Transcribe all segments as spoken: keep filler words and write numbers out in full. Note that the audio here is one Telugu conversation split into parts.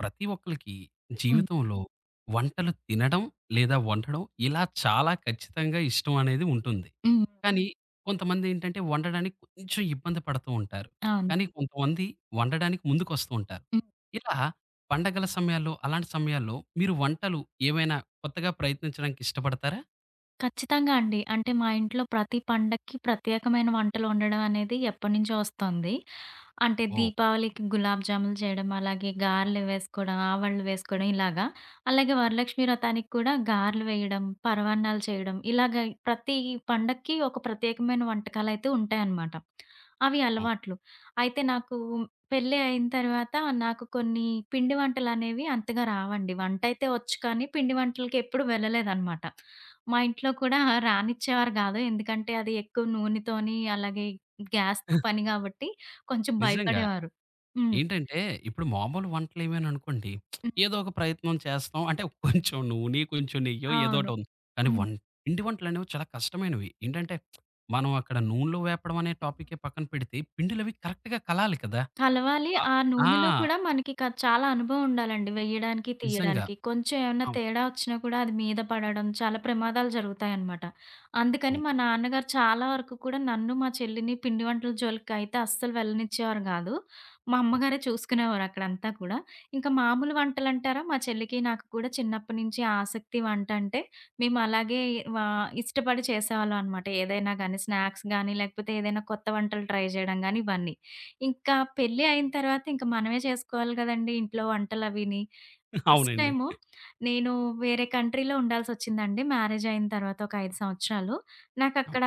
ప్రతి ఒక్కళ్ళకి హ్మ్. జీవితంలో వంటలు తినడం లేదా వండడం ఇలా చాలా ఖచ్చితంగా ఇష్టం అనేది ఉంటుంది. హ్మ్. కానీ కొంతమంది ఏంటంటే వండడానికి కొంచెం ఇబ్బంది పడుతూ ఉంటారు. అవును. కానీ కొంతమంది వండడానికి ముందుకొస్తూ ఉంటారు. హ్మ్. ఇలా పండగల సమయాల్లో అలాంటి సమయాల్లో మీరు వంటలు ఏమైనా కొత్తగా ప్రయత్నించడానికి ఇష్టపడతారా? ఖచ్చితంగా అండి. అంటే మా ఇంట్లో ప్రతి పండక్కి ప్రత్యేకమైన వంటలు వండడం అనేది ఎప్పటినుంచో వస్తోంది. అంటే ఓహ్! దీపావళికి గులాబ్ జాములు చేయడం, అలాగే గారెలు వేసుకోవడం, ఆవళ్ళు వేసుకోవడం ఇలాగా. అలాగే వరలక్ష్మి వ్రతానికి కూడా గారెలు వేయడం, పరవాన్నాలు చేయడం ఇలాగ ప్రతి పండక్కి ఒక ప్రత్యేకమైన వంటకాలైతే ఉంటాయన్నమాట. అవి అవును. అలవాట్లు. అయితే నాకు పెళ్లి అయిన తర్వాత నాకు కొన్ని పిండి వంటలనేవి అంతగా రావండి. వంటైతే వచ్చు కానీ పిండి వంటలకి ఎప్పుడు వెళ్ళలేదన్నమాట. మా ఇంట్లో కూడా రానిచ్చేవారు కాదు. ఎందుకంటే అది ఎక్కువ నూనెతోని అలాగే గ్యాస్‌తో పని కాబట్టి కొంచెం నిజంగా. భయపడేవారు. హ్మ్. ఏంటంటే, ఇప్పుడు మామూలు వంటలేమైననుకోండి, హ్మ్. ఏదో ఒక ప్రయత్నం చేస్తాం. అంటే, కొంచెం నూనె, కొంచెం నెయ్యో అవును. ఏదోకటుంది. కానీ హ్మ్. వం పిండి వంటలనేవి చాలా కష్టమైనవి. ఏంటంటే, మనం అక్కడ నూనెలో వేపడం అనే టాపికే పక్కన పెడితే, పిండిలవి కరెక్ట్‌గా కలాలి కదా! కలవాలి. ఆహ్, ఆ ఆ! నూనెలో కూడా మనకిక చాలా అనుభవం ఉండాలండి. వెయ్యడానికి, నిజంగా. తీయడానికి. కొంచెం ఏమన్నా అవును. తేడా వచ్చినా కూడా అది మీద పడడం, చాలా ప్రమాదాలు జరుగుతాయన్నమాట. అందుకని అవును. మా నాన్నగారు చాలా వరకు కూడా నన్ను, మా చెల్లిని పిండి వంటల జోలికైతే అస్సలు వెళ్ళనిచ్చేవారు గాదు. మా అవును. అమ్మగారే చూసుకునేవారు అక్కడంతా కూడా. ఇంకా మామూలు వంటలంటారా మా చెల్లికి, నాకు కూడా చిన్నప్పటి నుంచి ఆసక్తి వంటంటే మేము అలాగే వా ఇష్టపడి చేసేవాళ్ళం అనమాట. ఏదైనా గానీ స్నాక్స్ గానీ, లేకపోతే ఏదైనా కొత్త వంటలు ట్రై జేయడం గానీ ఇవన్నీ. ఇంకా పెళ్లి అయిన తర్వాత ఇంక మనమే చేసుకోవాలి గదండీ ఇంట్లో వంటలవిని. ఫస్ట్ అవునండి. టైము నేను వేరే కంట్రీలో ఉండాల్సొచ్చిందండి మ్యారేజ్ అయిన తర్వాత ఒక ఐదు సంవత్సరాలు. అవును. నాకక్కడ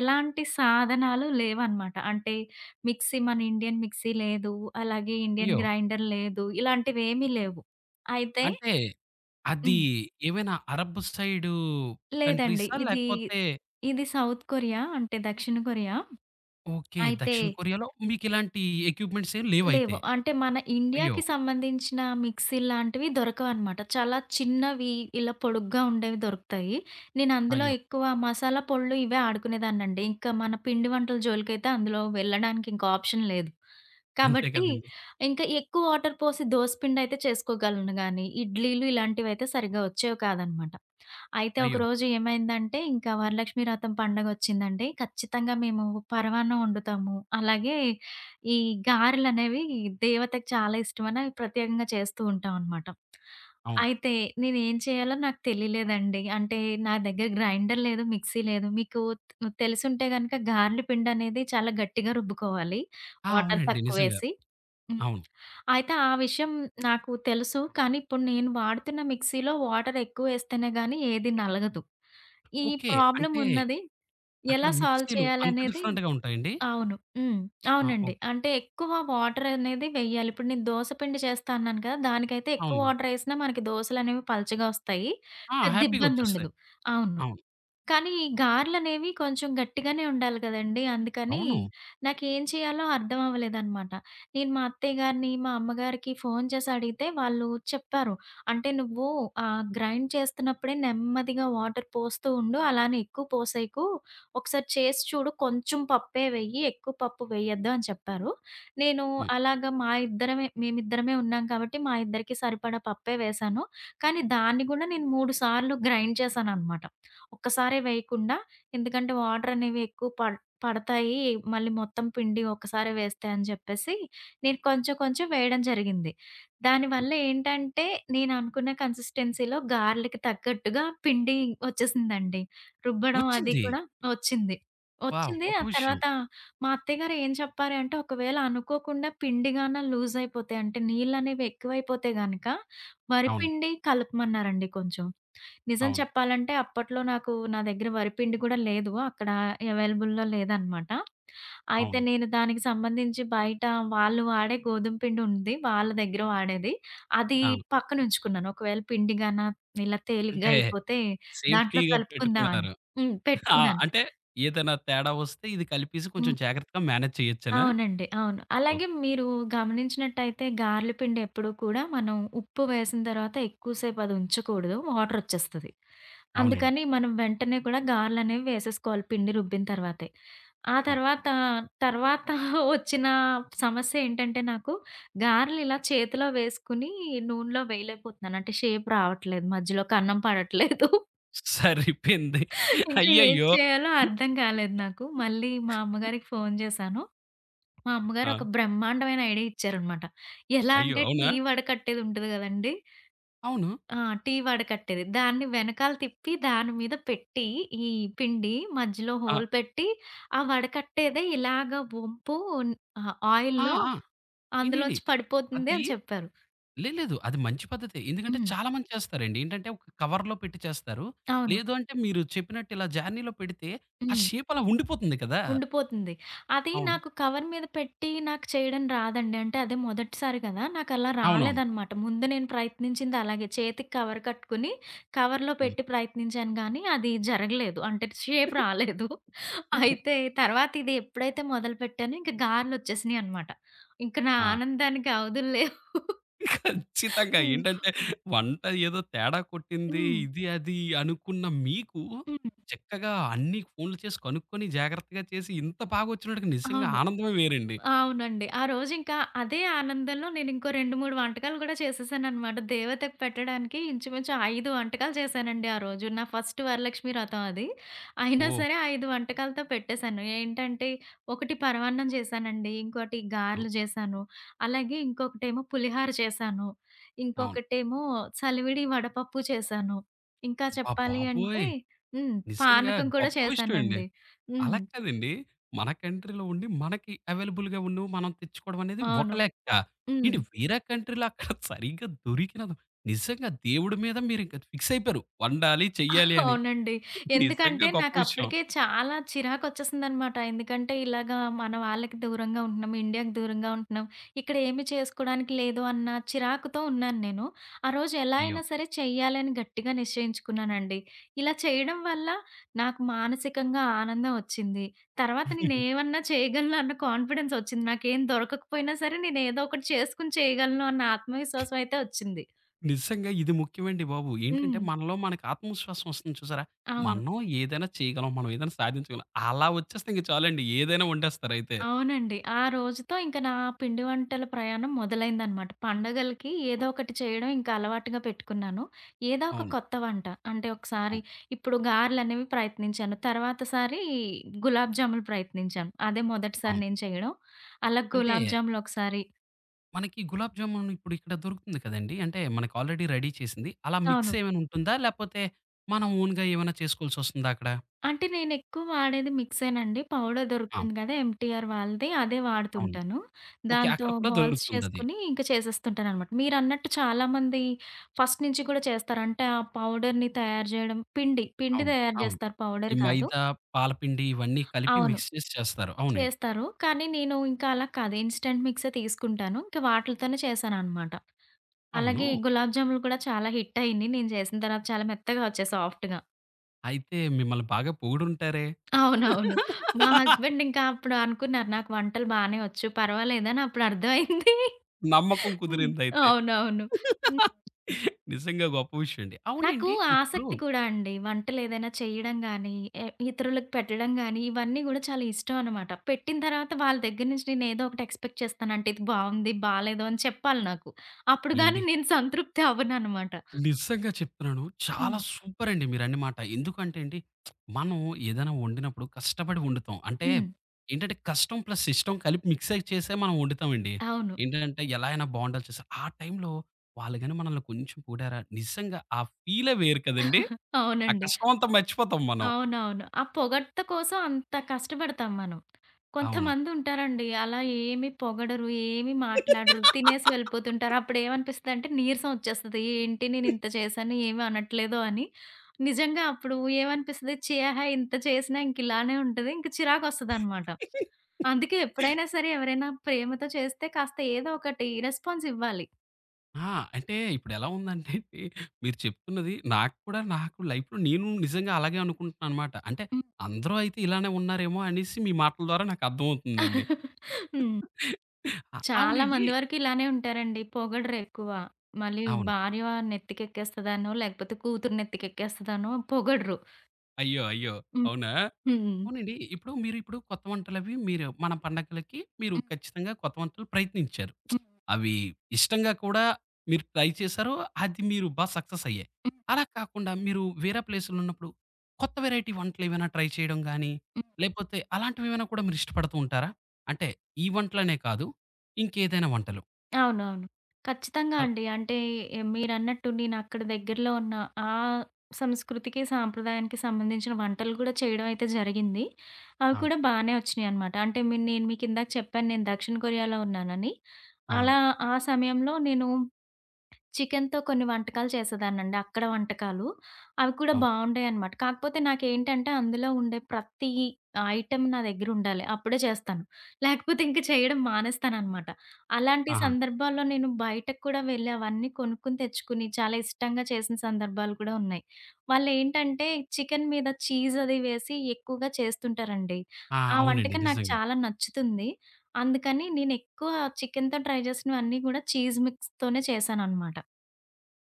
ఎలాంటి సాధనాలు లేవనమాట. అంటే మిక్సీ మన ఇండియన్ మిక్సీ లేదు. అలాగే ఇండియన్ అయ్యో! గ్రైండర్ లేదు. ఇలాంటివేమీ లేవు. అయితే అంటే, అది హ్మ్. ఏమైనా అరబ్ సైడు లేదండి. కంట్రీసా? ఇది లేకపోతే ఇది సౌత్ కొరియా అంటే దక్షిణ కొరియా. ఓకే. అయితే దక్షిణ కొరియాలో మీకిలాంటి ఎక్విప్‌మెంట్స్ ఏం లేవయితే. లేవు. అంటే మన అయ్యో! ఇండియాకి సంబంధించిన మిక్సీల్లాంటివి దొరకవనమాట. చాలా చిన్నవి ఇలా పొడుగ్గా ఉండేవి దొరుకుతాయి. నేను అందులో అయ్యో! ఎక్కువ మసాలా పొడులు ఇవే ఆడుకునేదాన్నండి. ఇంకా మన పిండి వంటల జోలికైతే అందులో వెళ్ళడానికి ఇంకా ఆప్షన్ లేదు. అంతే కాబట్టి కదండీ! ఇంకా ఎక్కువ వాటర్ పోసి దోస పిండయితే చేసుకోగలను గానీ, ఇడ్లీలు ఇలాంటివయితే సరిగ్గా వచ్చేవి కాదనమాట. అయితే అయ్యో! ఒకరోజు ఏమైందంటే, ఇంకా వరలక్ష్మి వ్రతం పండగొచ్చిందండి. ఖచ్చితంగా మేము పరమాన్నం వండుతాము. అలాగే ఈ గారెలనేవి దేవతకి చాలా ఇష్టమని అవి ప్రత్యేకంగా చేస్తూ ఉంటామనమాట. అవును. అయితే నేనేం చేయాలో నాకు తెలియలేదండి. అంటే నా దగ్గర గ్రైండర్ లేదు, మిక్సీ లేదు. మీకు తె తెలిసుంటే గనక గారెల పిండనేది చాలా గట్టిగా రుబ్బుకోవాలి ఆ! వాటర్ అవునండి. నిజంగా. తక్కువేసి. అవును. అయితే ఆ విషయం నాకు తెలుసు. కానీ ఇప్పుడు నేను వాడుతున్న మిక్సీలో వాటర్ ఎక్కువేస్తేనే గానీ ఏది నలగదు. ఈ ఓకే. ప్రాబ్లమ్ అంటే ఉన్నది. అక్కడ ఎలా సాల్వ్ మిక్సీ‌లు అంత చేయాలనేది డిఫరెంట్‌గా ఉంటాయండి? అవును. హ్మ్. ఆ! అవునండి. ఓకే. అంటే ఎక్కువ వాటర్ అనేది వెయ్యాలి. ఇప్పుడు నేను దోస పిండి చేస్తా అన్నాను కదా! దానికైతే ఎక్కువ అవునండి. వాటర్ ఏసినా మనకి దోసలనేవి పలచగా వస్తాయి. ఆ! పెద్ద హ్యాపీ‌గా వచ్చేస్తాయి. ఇబ్బందుండదు. అవును. అవును. కానీ గారెలనేవి కొంచెం గట్టిగానే ఉండాలి గదండీ! అందుకని అవును. నాకేం చేయాలో అర్థం అవ్వలేదనమాట. నేను మా అత్తయ్య గారిని, మా అమ్మగారికి ఫోను చేసి అడిగితే వాళ్ళు చెప్పారు. అంటే "నువ్వు ఆహ్, గ్రైండ్ చేస్తున్నప్పుడే నెమ్మదిగా వాటర్ పోస్తూ ఉండు. అలానే ఎక్కువ పోసేయకు. ఒకసారి చేసి చూడు. కొంచెం పప్పే వెయ్యి. ఎక్కువ పప్పు వెయ్యొద్దు" అని చెప్పారు. నేను హ్మ్. అలాగా మా ఇద్దరమే మేమిద్దరమే ఉన్నాం కాబట్టి మా ఇద్దరికీ సరిపడా పప్పే వేశాను. కానీ దాన్ని గూడా నేను మూడు సార్లు గ్రైండ్ చేశాననమాట. ఒక్కసారే వేయకుండా ఎందుకంటే వాటరనేవి ఎక్కువ పడ్ పడతాయి. మళ్ళీ మొత్తం పిండి ఒక్కసారే వేస్తే అని జెప్పేసి, నేను కొంచెం కొంచెం వేయడం జరిగింది. హ్మ్. దానివల్ల ఏంటంటే, నేననుకున్న కన్సిస్టెన్సీలో గారెలకి తగ్గట్టుగా పిండి ఒచ్చేసిందండి. రుబ్బడం అది వచ్చింది. కూడా ఒచ్చింది. వావ్! ఒచ్చింది. గొప్ప ఆ విషయం. తర్వాత మా అత్తయ్య గారు ఏం చెప్పారు అంటే, "ఒకవేళ అనుకోకుండా పిండి గాన లూజ్ అయిపోతే, అంటే నీళ్ళనేవి ఎక్కువైపోతే గనక, అవును. వరిపిండి కలపమన్నారండి కొంచెం." నిజం అవును. చెప్పాలంటే అప్పట్లో నాకు నా దగ్గర వరిపిండి కూడా లేదు. అక్కడ అవైలబుల్‌లో లేదనమాట. అయితే అవును. నేను దానికి సంబంధించి బయట వాళ్ళు వాడే గోధుమ పిండి ఉంది. వాళ్ళ దగ్గర వాడేది. అది ఆ! పక్కనుంచుకున్నాను. ఒకవేళ పిండి గాన ఇలా తేలిగ్గా అంటే అయిపోతే దాంట్లో సేఫ్టీ‌గా కలుపుకుందాం అని. పెట్టుకున్నారు. హ్మ్. ఆ! పెట్టుకున్నాను. అంటే ఏదైనా తేడా వస్తే ఇది కలిపేసి కొంచెం హ్మ్. జాగ్రత్తగా మేనేజ్ చేయొచ్చనా? అవునండి. అవును. ఓకే. అలాగే మీరు గమనించినట్టయితే గార్ల పిండి ఎప్పుడూ కూడా మనం ఉప్పు వేసిన తర్వాత ఎక్కువ సేపు అది ఉంచకూడదు. వాటరొచ్చేస్తది. అవునండి. అందుకని మనం వెంటనే కూడా గార్లనేవి వేసేసుకోవాలి పిండి రుబ్బిన తర్వాతే. ఆ అవును. తర్వాత, తర్వాత వచ్చిన సమస్య ఏంటంటే నాకు గారెలు ఇలా చేతిలో వేసుకొని నూనెలో వేయలేకపోతున్నాను. అంటే షేప్ రావట్లేదు. మధ్యలో కన్నం పడట్లేదు. సరిపోయింది. ఇంకా ఏం అయ్యయ్యో! చేయాలో అర్థం కాలేదు నాకు. మళ్ళీ మా అమ్మగారికి ఫోను చేశాను. మా అమ్మగారు ఆ! ఒక బ్రహ్మాండమైన ఐడియా ఇచ్చారనమాట. ఎలా అయ్యో! అంటే అవునా? టీ వడకట్టేది ఉంటది గదండీ! అవును. ఆ! టీ వడకట్టేది. దాన్ని వెనకాల తిప్పి దాని మీద పెట్టి ఈ పిండి మధ్యలో ఆ! హోల్ పెట్టి ఆ వడకట్టేదే ఇలాగ వంపు ఆహ్, ఆ! ఆయిల్‌లో ఆ! ఏంటండి? అందులోంచి పడిపోతుంది అది అని చెప్పారు. లే లేదు. అది మంచి పద్ధతే. ఎందుకంటే హ్మ్. చాలా మంది చేస్తారండి. ఏంటంటే ఒక కవర్‌లో పెట్టి చేస్తారు. అవును. లేదు అంటే మీరు చెప్పినట్టు ఇలా జార్నీలో పెడితే ఆ హ్మ్. షేప్ అలా ఉండిపోతుంది కదా! ఉండిపోతుంది. అది అవును. నాకు కవర్ మీద పెట్టి నాకు చేయడం రాదండి. అంటే అదే మొదటిసారి కదా! నాకలా అవునవును. రాలేదనమాట. ముందు నేను ప్రయత్నించింది అలాగే. చేతికి కవర్ కట్టుకుని కవర్‌లో హ్మ్. పెట్టి ప్రయత్నించాను గానీ, అది జరగలేదు. అంటే షేప్ రాలేదు. ఆ! అయితే తర్వాత ఇది ఎప్పుడైతే మొదలుపెట్టానో ఇంక గార్లొచ్చేసినియి అనమాట. ఇంక నా ఆనందానికి అవధులు లేవు. ఖచ్చితంగా. హ్మ్. ఏంటంటే వంట ఏదో తేడా కొట్టింది. హ్మ్. ఇది అది అనుకున్న మీకు హ్మ్. చక్కగా అన్నీ ఫోన్లు చేసి కనుక్కొని జాగ్రత్తగా చేసి ఇంత బాగొచ్చినోడికి నిజంగా అవును. ఆనందమే వేరండి. అవునండి. ఆ రోజింకా అదే ఆనందంలో నేనింకో రెండు, మూడు వంటకాలు గూడా చేసేసాననమాట. దేవతకి పెట్టడానికి ఇంచుమించు ఐదు వంటకాలు చేశానండి ఆ రోజు. నా ఫస్ట్ వరలక్ష్మి వ్రతం అది. అయినా ఓహ్! సరే ఐదు వంటకాలతో పెట్టేశాను. ఏంటంటే, ఒకటి పరమాన్నం చేశానండి. ఇంకోటి అవు గారెలు చేశాను. అలాగే ఇంకొకటేమో పులిహార చేశాను. అవును. ఇంకొకటేమో చలివిడి వడపప్పు చేశాను. ఇంకా అబ్బా చెప్పాలి బాబోయ్! అంటే హ్మ్. నిజంగా పానకం కూడా గొప్ప విషయం అండి. చేశానండి. అలా హ్మ్. కాదండి. మన కంట్రీలో ఉండి మనకి అవైలబుల్‌గా ఉన్నవి మనం తెచ్చుకోవడం అనేది ఒక అవును. లెక్క. హ్మ్. ఏంటి వేరే కంట్రీలో అక్కడ సరిగ్గా దొరికినది నిజంగా దేవుడి మీద మీరింక ఫిక్స్ అయిపోయారు. వండాలి, చెయ్యాలి అని. అవునండి. నిజంగా ఎందుకంటే గొప్ప విషయం. నాకప్పటికే చాలా చిరాకొచ్చేసిందనమాట. ఎందుకంటే ఇలాగా మన వాళ్ళకి దూరంగా ఉంటున్నాం, ఇండియాకి దూరంగా ఉంటున్నాం. ఇక్కడ ఏమి చేసుకోడానికి లేదు అన్న చిరాకుతో ఉన్నాను నేను. ఆ రోజు ఎలా అయ్యో! అయినా సరే చెయ్యాలని గట్టిగా నిశ్చయించుకున్నానండి. ఇలా చేయడం వల్ల నాకు మానసికంగా ఆనందం వచ్చింది. తర్వాత నేనేమన్నా చేయగలను అన్న కాన్ఫిడెన్స్ వచ్చింది. నాకేం దొరకకపోయినా సరే నేనేదో ఒకటి చేసుకొని చేయగలను అన్న ఆత్మవిశ్వాసం అయితే వచ్చింది. నిజంగా ఇది ముఖ్యమండి బాబు. ఏంటంటే హ్మ్. మనలో మనకు ఆత్మవిశ్వాసం వస్తుంది చూసారా? అవును. మనం ఏదైనా చేయగలం. మనం ఏదైనా సాధించగలం. అలా వచ్చేస్తే ఇంక చాలండి. ఏదైనా వండేస్తారయితే. అవునండి. ఆ రోజుతో ఇంక నా పిండి వంటల ప్రయాణం మొదలైందనమాట. పండగలకి ఏదో ఒకటి చేయడం ఇంకా అలవాటుగా పెట్టుకున్నాను. ఏదో ఒక అవును. కొత్త వంట. అంటే ఒకసారి అవును. ఇప్పుడు గారెలనేవి ప్రయత్నించాను. తర్వాత సారి గులాబ్ జాములు ప్రయత్నించాను. అదే మొదటిసారి అవును. నేను చేయడం. అలా అంటే గులాబ్ జాములు ఒకసారి మనకి గులాబ్ జామున్ ఇప్పుడు ఇక్కడ దొరుకుతుంది కదండీ! అంటే మనకు ఆల్రెడీ రెడీ చేసింది. అలా మిక్స్ అవును. ఏమైనా ఉంటుందా? లేపోతే మనం ఓన్‌గా ఏమైనా చేసుకోవాల్సొస్తుందా అక్కడ? అంటే నేనెక్కువ వాడేది మిక్సేనండి. పౌడర్ ఆ! దొరుకుతుంది గదా! ఎంటీఆర్ వాళ్ళది. అదే అవును. వాడుతుంటాను. ఓకే. దాంతో అక్కడ కూడా బాల్స్ దొరుకుతుందది. చేసుకొని ఇంక చేసేస్తుంటాననమాట. మీరన్నట్టు చాలామంది ఫస్ట్ నుంచి కూడా చేస్తారు. అంటే ఆ పౌడర్‌ని తయారు జేయడం పిండి, పిండి అవును. తయారు అవును. జేస్తారు ఈ పౌడర్ గాదు. మైదా, పాలపిండి ఇవన్నీ కలిపి అవును. మిక్స్ చేసి చేస్తారు. అవునండి. చేస్తారు. కానీ నేను ఇంకా అలా కాదు. ఇన్‌స్టంట్ మిక్సే తీసుకుంటాను. ఇంక వాటిలతోనే చేశాననమాట. అవును. అలాగే గులాబ్ జాములు కూడా చాలా హిట్ అయింది. నేను జేసిన తర్వాత చాలా మెత్తగా వచ్చాయి సాఫ్ట్‌గా. అయితే మిమ్మల్ని బాగా పొగిడుంటారే! అవునవును. మా హస్బెండ్ ఇంకా అప్పుడు అనుకున్నారు నాకు వంటలు బానే వచ్చు పర్వాలేదని అప్పుడు అర్థమైంది. నమ్మకం హ్మ్. కుదిరిందయితే. అవునవును. హ్మ్. నిజంగా గొప్ప విషయం అండి. నాకు అవునండి. ఇప్పుడు ఆసక్తి కూడా అండి. వంటలేదైనా చేయడం గానీ, ఎ ఇతరులకు పెట్టడం గానీ, ఇవన్నీ గూడా చాలా ఇష్టం అనమాట. పెట్టిన తర్వాత వాళ్ళ దగ్గర నుంచి నేను ఏదో ఒకటి ఎక్స్‌పెక్ట్ చేస్తాను. అంటే ఇది బావుంది, బాలేదు అని చెప్పాలి నాకు. అప్పుడు గానీ ఏండి నేను సంతృప్తి అవ్వననమాట. నిజంగా చెప్తున్నాను. చాలా హ్మ్. సూపర్ అండి మీరన్న మాట. ఎందుకంటే అండి, మనం ఏదైనా వండినప్పుడు కష్టపడి వండుతాం. అంటే హ్మ్. ఏంటంటే, కష్టం ప్లస్ ఇష్టం కలిపి మిక్స్ అయ్యి చేసే మనం వండుతామండి. అవును. ఏంటంటే, ఎలా అయినా బావుండాలి చేసా ఆ టైంలో వాళ్ళు గాని మనల్ని కొంచెం పొగిడారా, నిజంగా ఆ ఫీలే వేరు కదండీ! ఆ అవునండి. కష్టం అంతా మర్చిపోతాం మనం. అవునవును. ఆ పొగడ్త కోసం అంత కష్టపడతాం మనం. అవును. కొంతమందుంటారండి అలా ఏమి పొగడరు, ఏమి మాట్లాడరు, తినేసి వెళ్ళిపోతుంటారు. అప్పుడేమనిపిస్తదంటే నీరసం వచ్చేస్తది. ఏంటి నేనింత చేశాను ఏమి అనట్లేదు అని. నిజంగా అప్పుడు ఏమనిపిస్తది, ఛీ! ఆహా! ఇంత చేసినా ఇంకిలానే ఉంటది. ఇంక చిరాకొస్తదనమాట. అందుకే ఎప్పుడైనా సరే ఎవరైనా ప్రేమతో చేస్తే కాస్త ఏదో ఒకటి రెస్పాన్స్ ఇవ్వాలి. ఆ! అంటే ఇప్పుడెలా ఉందంటే అండి, మీరు చెప్తున్నది నాకు కూడా నాకు లైఫ్‌లో నేను నిజంగా అలాగే అనుకుంటున్నాననమాట. అంటే హ్మ్. అందరూ అయితే ఇలానే ఉన్నారేమో అనేసి మీ మాటల ద్వారా నాకు అర్థమవుతుందండి. హ్మ్. అ చాలా అవునండి. మంది వరకు ఇలానే ఉంటారండి. పొగడరు ఎక్కువ. మళ్ళీ అవును. భార్య నెత్తికెక్కేస్తదనో, లేకపోతే కూతురు నెత్తికెక్కేస్తదనో పొగడరు. అయ్యో! అయ్యో! హ్మ్. అవునా? హ్మ్. అవునండి. ఇప్పుడు మీరు ఇప్పుడు కొత్త వంటలవి మీరు మన పండగలకి మీరు హ్మ్. ఖచ్చితంగా కొత్త వంటలు ప్రయత్నించారు. హ్మ్. అవి ఇష్టంగా కూడా మీరు ట్రై చేశారు. అది మీరు బా సక్సెస్ అయ్యాయి. హ్మ్. అలా కాకుండా మీరు వేరే ప్లేస్‌లో ఉన్నప్పుడు కొత్త వేరైటీ వంటలేమైనా ట్రై చేయడం గానీ, హ్మ్. లేపోతే అలాంటివేమైనా కూడా మీరు ఇష్టపడుతూ ఉంటారా? అంటే ఈ వంటలనే కాదు. ఇంకేదైనా వంటలు. అవునవును. ఖచ్చితంగా అల్ అండి. అంటే ఎ మీరన్నట్టు నేనక్కడ దగ్గరలో ఉన్న ఆ సంస్కృతికి, సాంప్రదాయానికి సంబంధించిన వంటలు గూడా చేయడం అయితే జరిగింది. అవి అవును. కూడా బానే వచ్చినియనమాట. అంటే మీ నేను మీకిందాక చెప్పాను నేను దక్షిణ కొరియాలో ఉన్నానని. అలా అవునండి. ఆ సమయంలో నేను చికెన్‌తో కొన్ని వంటకాలు చేసేదాన్నండి. అక్కడ వంటకాలు. అవి కూడా అవును. బావుండేయనమాట. కాకపోతే నాకేంటంటే అందులో ఉండే ప్రతి ఐటెమ్ నా దగ్గరుండాలి. అప్పుడే చేస్తాను. లేకపోతే ఇంక చేయడం మానేస్తాననమాట. అలాంటి ఆహా! సందర్భాల్లో నేను బయటకు కూడా వెళ్ళి అవన్నీ కొనుక్కొని తెచ్చుకుని చాలా ఇష్టంగా చేసిన సందర్భాలు కూడా ఉన్నాయి. వాళ్ళేంటంటే చికెన్ మీద చీజ్ అది వేసి ఎక్కువగా చేస్తుంటారండి. ఆ! ఆ అవునండి. వంటకం నాకు నిజంగా. చాలా నచ్చుతుంది. అందుకని నేనెక్కువ చికెన్‌తో ట్రై చేసినవన్నీ కూడా చీజ్ మిక్స్‌తోనే చేశాననమాట.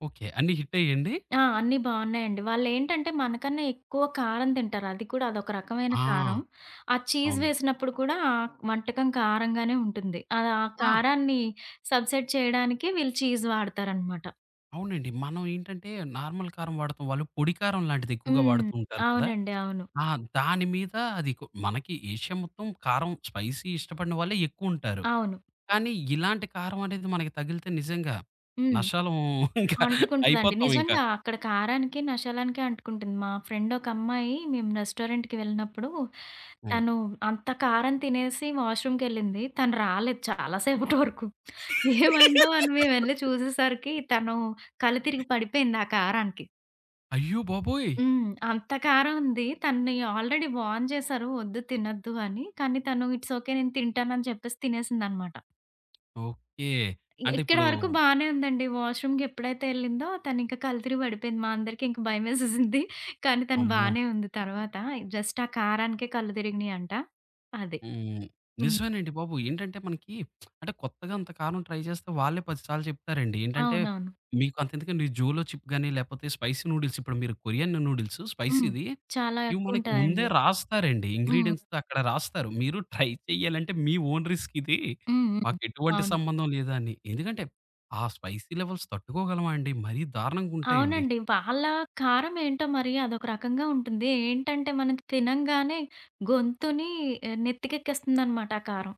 ఓకే. అన్నీ హిట్టయ్యాయండి? ఆ! అన్నీ బావున్నాయండి. వాళ్ళేంటంటే మనకన్నా ఎక్కువ కారం తింటారు. అది కూడా అదొక రకమైన కారం. ఆ! ఆ చీజ్ అవును. వేసినప్పుడు కూడా ఆ వంటకం కారంగానే ఉంటుంది. అది ఆ ఆ! కారాన్ని సబ్‌సైడ్ చేయడానికి వీళ్ళు చీజ్ వాడతారనమాట. అవునండి. మనం ఏంటంటే నార్మల్ కారం వాడతాం. వాళ్ళు పొడి కారం లాంటిది ఎక్కువగా హ్మ్. వాడుతూ ఉంటారు కదా! అవునండి. అవును. ఆ! దాని మీద అది కొ మనకి ఏషియా మొత్తం కారం స్పైసీ ఇష్టపడిన వాళ్ళే ఎక్కువుంటారు. అవును. కానీ ఇలాంటి కారం అనేది మనకి తగిలితే నిజంగా హ్మ్. నషాలం ఇంకా అంటుకుంటదండి. అయిపోతాం ఇంకా. నిజంగా అక్కడ కారానికి, నషాలానికి అంటుకుంటుంది. మా ఫ్రెండ్ ఒక అమ్మాయి మేము రెస్టారెంట్‌కి వెళ్ళినప్పుడు హ్మ్. తను అంత కారం తినేసి వాష్‌రూమ్‌కెళ్ళింది. తను రాలేదు చాలా సేపటి వరకు. ఏమైందో అని మేమెళ్లి చూసేసరికి తను కళ్ళు తిరిగి పడిపోయింది ఆ కారానికి. అయ్యో బాబోయ్! హ్మ్. అంత కారం ఉంది. తనని ఆల్రెడీ వార్న్ చేశారు వద్దు తినొద్దు అని. కానీ తను ఇట్స్ ఓకే నేను తింటానని చెప్పేసి తినేసిందనమాట. ఓకే. ఇ అంటే ఇక్కడి ఇప్పుడు వరకు బానే ఉందండి. వాష్‌రూమ్‌కి ఎప్పుడైతే ఎళ్ళిందో తనింక కళ్ళు తిరిగి పడిపోయింది. మా అందరికి ఇంక భయమేసేసింది. కానీ తను అమ్మో! బానే ఉంది తర్వాత. జస్ట్ ఆ కారానికే కళ్ళు తిరిగినియంట. అది. హ్మ్. హ్మ్. నిజమేనండి బాబు. ఏంటంటే మనకి అంటే కొత్తగా అంత కారం ట్రై చేస్తే వాళ్ళే పది సార్లు చెప్తారండి. ఏంటంటే అవునవును. మీకు అంతెందుకండి జోలో చిప్ గాని లేపోతే స్పైసీ నూడిల్స్ ఇప్పుడు మీరు కొరియన్ నూడిల్స్ హ్మ్. స్పైసీది చాలా ఇవి మనకి ముందే ఎక్కువుంటదండి. రాస్తారండి. హ్మ్. ఇంగ్రీడియెంట్స్ అక్కడ రాస్తారు. మీరు ట్రై చేయాలంటే మీ ఓన్ రిస్క్ ఇది. హ్మ్. హ్మ్. మాకెటువంటి అవును. సంబంధం లేదా అని. ఎందుకంటే ఆ స్పైసీ లెవెల్స్ తట్టుకోగలమా అండి? మరీ దారుణంగుంటాయండి. అవునండి. వాళ్ళ కారం ఏంటో మరి అదొక రకంగా ఉంటుంది. ఏంటంటే మనం తినంగానే గొంతుని ఆహ్, నెత్తికెక్కేస్తుందనమాట ఆ కారం.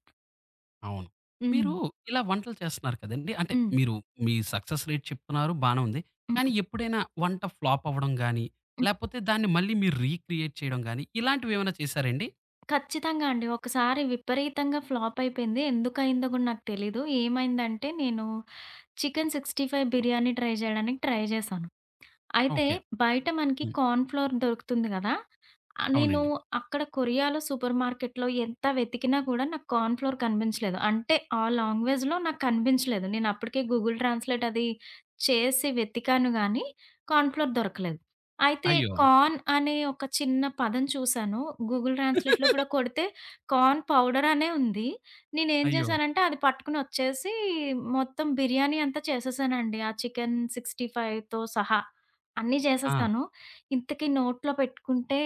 అవును. హ్మ్. మీరు ఇలా వంటలు చేస్తున్నారు కదండీ! అంటే హ్మ్. మీరు మీ సక్సెస్ రేట్ చెప్తున్నారు బానే ఉంది. కానీ హ్మ్. ఎప్పుడైనా వంట ఫ్లాప్ అవ్వడం గాని, హ్మ్. లేపోతే దాన్ని మళ్ళీ మీరు రీక్రియేట్ చేయడం గాని ఇలాంటివేమైనా చేశారండి? ఖచ్చితంగా అండి. ఒకసారి విపరీతంగా ఫ్లాప్ అయిపోయింది. ఎందుకయిందో గూడా నాకు తెలీదు. ఏమైందంటే నేను చికెన్ అరవై ఐదు బిర్యానీ ట్రై జేయడానికి ట్రై జేశాను. అయితే ఓకే. బయట మనకి హ్మ్. కార్న్ ఫ్లోర్ దొరుకుతుంది గదా! ఆహ్, నేను అవునండి. అక్కడ కొరియాలో సూపర్ మార్కెట్‌లో ఎంత వెతికినా కూడా నాకు కార్న్ ఫ్లోర్ కనిపించలేదు. అంటే ఆ లాంగ్వేజ్‌లో నాకు కనిపించలేదు. నేను అప్పటికే గూగుల్ ట్రాన్స్‌లేట్ అది చేసి వెతికాను గానీ కార్న్ ఫ్లోర్ దొరకలేదు. అయితే అయ్యో! కార్న్ అనే ఒక చిన్న పదం చూసాను. గూగుల్ ట్రాన్స్‌లేట్‌లో కూడా కొడితే కార్న్ పౌడర్ అనే ఉంది. నేనేం అయ్యో! చేశానంటే అది పట్టుకొని వచ్చేసి మొత్తం బిర్యానీ అంతా చేసేసానండి. ఆ చికెన్ 65తో సహా. అన్నీ ఆ! చేసేసాను. ఇంతకీ నోట్లో పెట్టుకుంటే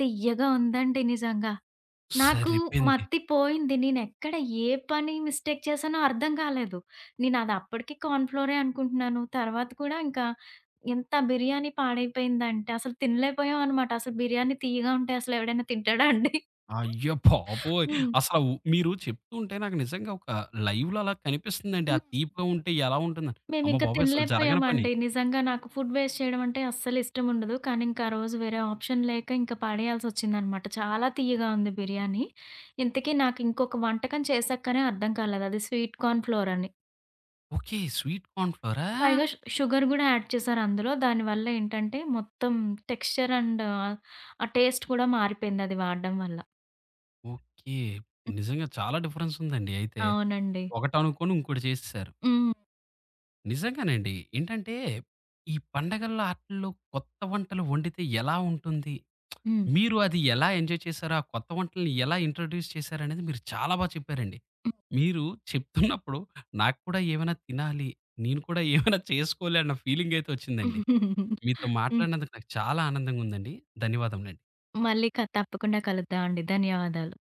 తియ్యగా ఉందండి నిజంగా. నాకు సరిపోయింది. మత్తి పోయింది. నేనెక్కడ ఏ పని మిస్టేక్ చేశానో అర్థం కాలేదు. నేనది అప్పటికి కార్న్ ఫ్లోరే అనుకుంటున్నాను. తర్వాత కూడా ఇంకా ఎంత బిర్యానీ పాడైపోయిందంటే అసలు తినలేకపోయామనమాట. అసలు బిర్యానీ తియ్యగా ఉంటే అసలు ఎవడైనా తింటాడా అండి? అయ్య బాబోయ్! హ్మ్. అసల ఉ మీరు చెప్తూ ఉంటే నాకు నిజంగా ఒక లైవ్‌లో అలా కనిపిస్తుందండి. ఆ హ్మ్. తీపిగా ఉంటే ఎలా ఉంటుందని. అమ్మ మేమింక బాబోయ్! అసలు జరగని పని. తినలేకపోయామండి. నిజంగా నాకు ఫుడ్ వేస్ట్ చేయడం అంటే అస్సలిష్టముండదు. కానీ ఇంకా ఆ రోజు వేరే ఆప్షన్ లేక ఇంక పడేయాల్సొచ్చిందనమాట. చాలా తియ్యగా ఉంది బిర్యానీ. ఇంతకీ నాకు ఇంకొక వంటకం చేశాకనే అర్థం కాలేదు. అది స్వీట్ కార్న్ ఫ్లోర్ అని. ఓకే. స్వీట్ కార్న్ ఫ్లోరా? పైగా షు షుగర్ గూడా యాడ్ చేశారు అందులో. దానివల్ల ఏంటంటే మొత్తం టెక్స్చర్ అండ్ ఆ టేస్ట్ కూడా మారిపోయింది అది వాడడం వల్ల. ఓకే. నిజంగా చాలా డిఫరెన్స్ ఉందండి అయితే. అవునండి. ఒకటనుకోని ఇంకోటి చేసేసారు. హ్మ్. నిజంగానండి. ఏంటంటే ఈ పండగల్లో ఆటిల్లో కొత్త వంటలు వండితే ఎలా ఉంటుంది? హ్మ్. మీరు అది ఎలా ఎంజాయ్ చేశారు? ఆ కొత్త వంటల్ని ఎలా ఇంట్రొడ్యూస్ చేశారనేది మీరు చాలా బా చెప్పారండి. హ్మ్. మీరు చెప్తున్నప్పుడు నాకు కూడా ఏమైనా తినాలి, నేను కూడా ఏమైనా చేసుకోవాలి అన్న ఫీలింగయితే వచ్చిందండి. హ్మ్. మీతో మాట్లాడినందుకు నాకు చాలా ఆనందంగా ఉందండి. ధన్యవాదములండి. మళ్ళీ క తప్పకుండా కలుద్దాం అండి. ధన్యవాదాలు.